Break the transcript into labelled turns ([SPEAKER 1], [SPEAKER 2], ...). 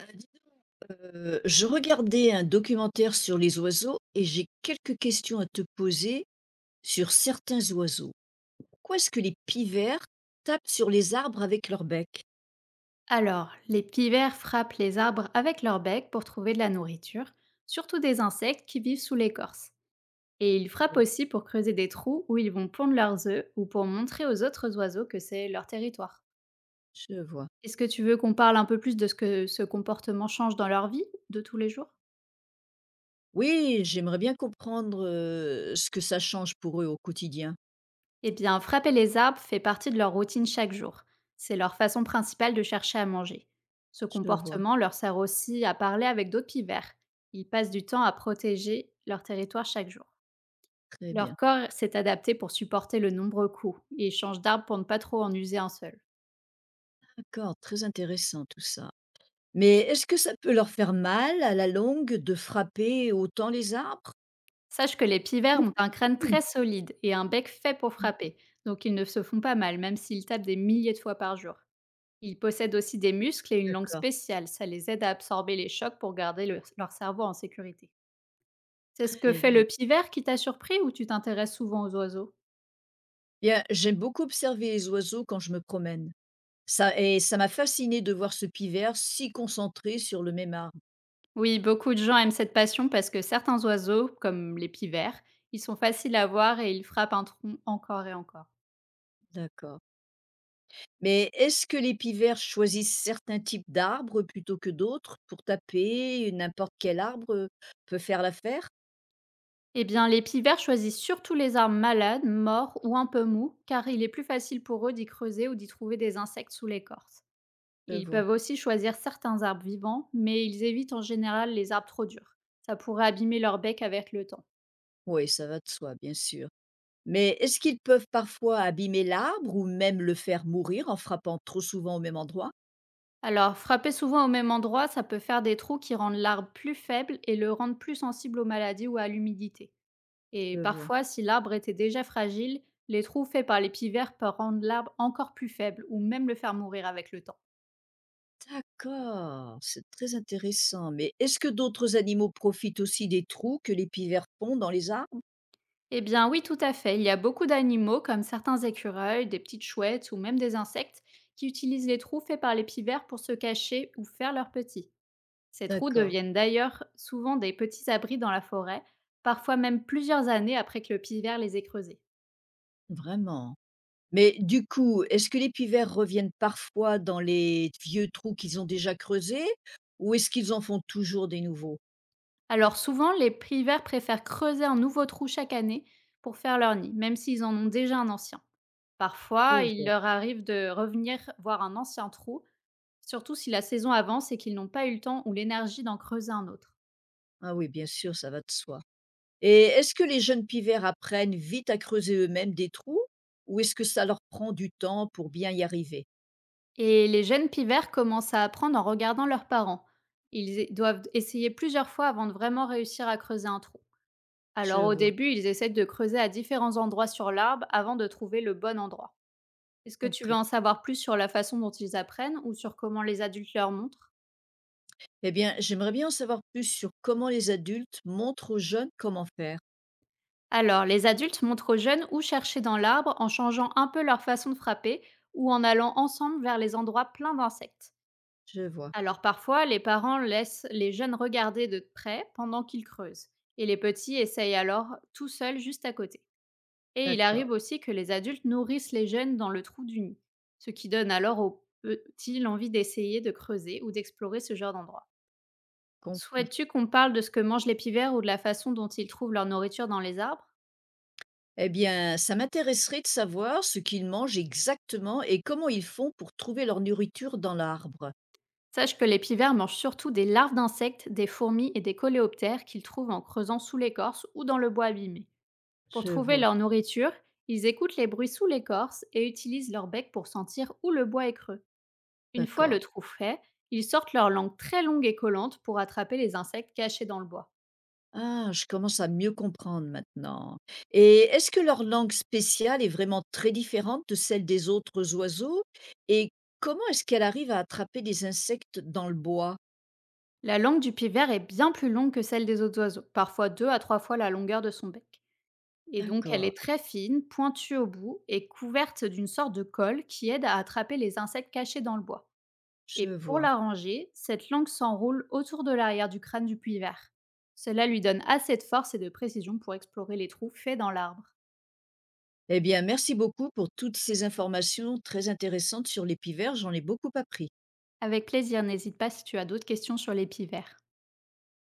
[SPEAKER 1] Dis donc, je regardais un documentaire sur les oiseaux et j'ai quelques questions à te poser sur certains oiseaux. Pourquoi est-ce que les pivers tapent sur les arbres avec leur bec?
[SPEAKER 2] Alors, les pivers frappent les arbres avec leur bec pour trouver de la nourriture, surtout des insectes qui vivent sous l'écorce. Et ils frappent
[SPEAKER 1] Euh,
[SPEAKER 2] aussi pour creuser des trous où ils vont pondre leurs œufs ou pour montrer aux autres oiseaux que c'est leur territoire.
[SPEAKER 1] Je vois.
[SPEAKER 2] Est-ce que tu veux qu'on parle un peu plus de ce que ce comportement change dans leur vie de tous les jours?
[SPEAKER 1] Oui, j'aimerais bien comprendre ce que ça change pour eux au quotidien.
[SPEAKER 2] Eh bien, frapper les arbres fait partie de leur routine chaque jour. C'est leur façon principale de chercher à manger. Ce
[SPEAKER 1] Je vois.
[SPEAKER 2] comportement leur sert aussi à parler avec d'autres pivers. Ils passent du temps à protéger leur territoire chaque jour.
[SPEAKER 1] Très bien.
[SPEAKER 2] Leur corps s'est adapté pour supporter le nombreux coups et change d'arbre pour ne pas trop en user un seul.
[SPEAKER 1] D'accord, très intéressant tout ça. Mais est-ce que ça peut leur faire mal à la longue de frapper autant les arbres?
[SPEAKER 2] Sache que les pivers ont un crâne très solide et un bec fait pour frapper, donc ils ne se font pas mal même s'ils tapent des milliers de fois par jour. Ils possèdent aussi des muscles et une langue
[SPEAKER 1] D'accord,
[SPEAKER 2] spéciale, ça les aide à absorber les chocs pour garder leur cerveau en sécurité. C'est ce que
[SPEAKER 1] très
[SPEAKER 2] fait le
[SPEAKER 1] bien.
[SPEAKER 2] pivert qui t'a surpris, ou tu t'intéresses souvent aux oiseaux?
[SPEAKER 1] Bien, j'aime beaucoup observer les oiseaux quand je me promène. Ça, et ça m'a fasciné de voir ce pivert si concentré sur le même arbre.
[SPEAKER 2] Oui, beaucoup de gens aiment cette passion parce que certains oiseaux, comme les pivers, ils sont faciles à voir et ils frappent un tronc encore et encore.
[SPEAKER 1] D'accord. Mais est-ce que les pivers choisissent certains types d'arbres plutôt que d'autres pour taper? N'importe quel arbre peut faire l'affaire?
[SPEAKER 2] Eh bien, les pivers choisissent surtout les arbres malades, morts ou un peu mous, car il est plus facile pour eux d'y creuser ou d'y trouver des insectes sous l'écorce.
[SPEAKER 1] Je
[SPEAKER 2] Ils
[SPEAKER 1] vois.
[SPEAKER 2] peuvent aussi choisir certains arbres vivants, mais ils évitent en général les arbres trop durs. Ça pourrait abîmer leur bec avec le temps.
[SPEAKER 1] Oui, ça va de soi, bien sûr. Mais est-ce qu'ils peuvent parfois abîmer l'arbre ou même le faire mourir en frappant trop souvent au même endroit?
[SPEAKER 2] Alors, frapper souvent au même endroit, ça peut faire des trous qui rendent l'arbre plus faible et le rendent plus sensible aux maladies ou à l'humidité. Et
[SPEAKER 1] Je vois.
[SPEAKER 2] parfois, si l'arbre était déjà fragile, les trous faits par les pivers peuvent rendre l'arbre encore plus faible ou même le faire mourir avec le temps.
[SPEAKER 1] D'accord, c'est très intéressant. Mais est-ce que d'autres animaux profitent aussi des trous que les pivers font dans les arbres?
[SPEAKER 2] Eh bien oui, tout à fait. Il y a beaucoup d'animaux comme certains écureuils, des petites chouettes ou même des insectes qui utilisent les trous faits par les pivers pour se cacher ou faire leurs petits. Ces trous
[SPEAKER 1] D'accord,
[SPEAKER 2] deviennent d'ailleurs souvent des petits abris dans la forêt, parfois même plusieurs années après que le pivert les ait creusés.
[SPEAKER 1] vraiment. Mais du coup, est-ce que les pivers reviennent parfois dans les vieux trous qu'ils ont déjà creusés ou est-ce qu'ils en font toujours des nouveaux?
[SPEAKER 2] Alors souvent, les pivers préfèrent creuser un nouveau trou chaque année pour faire leur nid, même s'ils en ont déjà un ancien.
[SPEAKER 1] Je
[SPEAKER 2] Parfois, il
[SPEAKER 1] vois.
[SPEAKER 2] leur arrive de revenir voir un ancien trou, surtout si la saison avance et qu'ils n'ont pas eu le temps ou l'énergie d'en creuser un autre.
[SPEAKER 1] Ah oui, bien sûr, ça va de soi. Et est-ce que les jeunes pivers apprennent vite à creuser eux-mêmes des trous ou est-ce que ça leur prend du temps pour bien y arriver?
[SPEAKER 2] Et les jeunes pivers commencent à apprendre en regardant leurs parents. Doivent essayer plusieurs fois avant de vraiment réussir à creuser un trou.
[SPEAKER 1] Je
[SPEAKER 2] Alors au
[SPEAKER 1] vois,
[SPEAKER 2] début, ils essaient de creuser à différents endroits sur l'arbre avant de trouver le bon endroit. Est-ce que tu veux
[SPEAKER 1] compris.
[SPEAKER 2] en savoir plus sur la façon dont ils apprennent ou sur comment les adultes leur montrent?
[SPEAKER 1] Eh bien, j'aimerais bien en savoir plus sur comment les adultes montrent aux jeunes comment faire.
[SPEAKER 2] Alors, les adultes montrent aux jeunes où chercher dans l'arbre en changeant un peu leur façon de frapper ou en allant ensemble vers les endroits pleins d'insectes.
[SPEAKER 1] Je vois.
[SPEAKER 2] Alors parfois, les parents laissent les jeunes regarder de près pendant qu'ils creusent, et les petits essayent alors tout seuls juste à côté. Et il arrive
[SPEAKER 1] D'accord,
[SPEAKER 2] aussi que les adultes nourrissent les jeunes dans le trou du nid, ce qui donne alors aux petits l'envie d'essayer de creuser ou d'explorer ce genre d'endroit.
[SPEAKER 1] compris.
[SPEAKER 2] Souhaites-tu qu'on parle de ce que mangent les pivers ou de la façon dont ils trouvent leur nourriture dans les arbres?
[SPEAKER 1] Eh bien, ça m'intéresserait de savoir ce qu'ils mangent exactement et comment ils font pour trouver leur nourriture dans l'arbre.
[SPEAKER 2] Sache que les pivers mangent surtout des larves d'insectes, des fourmis et des coléoptères qu'ils trouvent en creusant sous l'écorce ou dans le bois abîmé. Pour
[SPEAKER 1] Je
[SPEAKER 2] trouver
[SPEAKER 1] vois.
[SPEAKER 2] leur nourriture, ils écoutent les bruits sous l'écorce et utilisent leur bec pour sentir où le bois est creux. Une fois le
[SPEAKER 1] D'accord.
[SPEAKER 2] trou fait, ils sortent leur langue très longue et collante pour attraper les insectes cachés dans le bois.
[SPEAKER 1] Ah, je commence à mieux comprendre maintenant. Et est-ce que leur langue spéciale est vraiment très différente de celle des autres oiseaux? Et comment est-ce qu'elle arrive à attraper des insectes dans le bois?
[SPEAKER 2] La langue du pivert est bien plus longue que celle des autres oiseaux, parfois deux à trois fois la longueur de son bec. Et donc elle
[SPEAKER 1] D'accord,
[SPEAKER 2] est très fine, pointue au bout et couverte d'une sorte de colle qui aide à attraper les insectes cachés dans le bois.
[SPEAKER 1] je
[SPEAKER 2] Et pour
[SPEAKER 1] vois.
[SPEAKER 2] la ranger, cette langue s'enroule autour de l'arrière du crâne du puits-vert. Cela lui donne assez de force et de précision pour explorer les trous faits dans l'arbre.
[SPEAKER 1] Eh bien, merci beaucoup pour toutes ces informations très intéressantes sur les pivers, j'en ai beaucoup appris.
[SPEAKER 2] Avec plaisir, n'hésite pas si tu as d'autres questions sur les puits verts.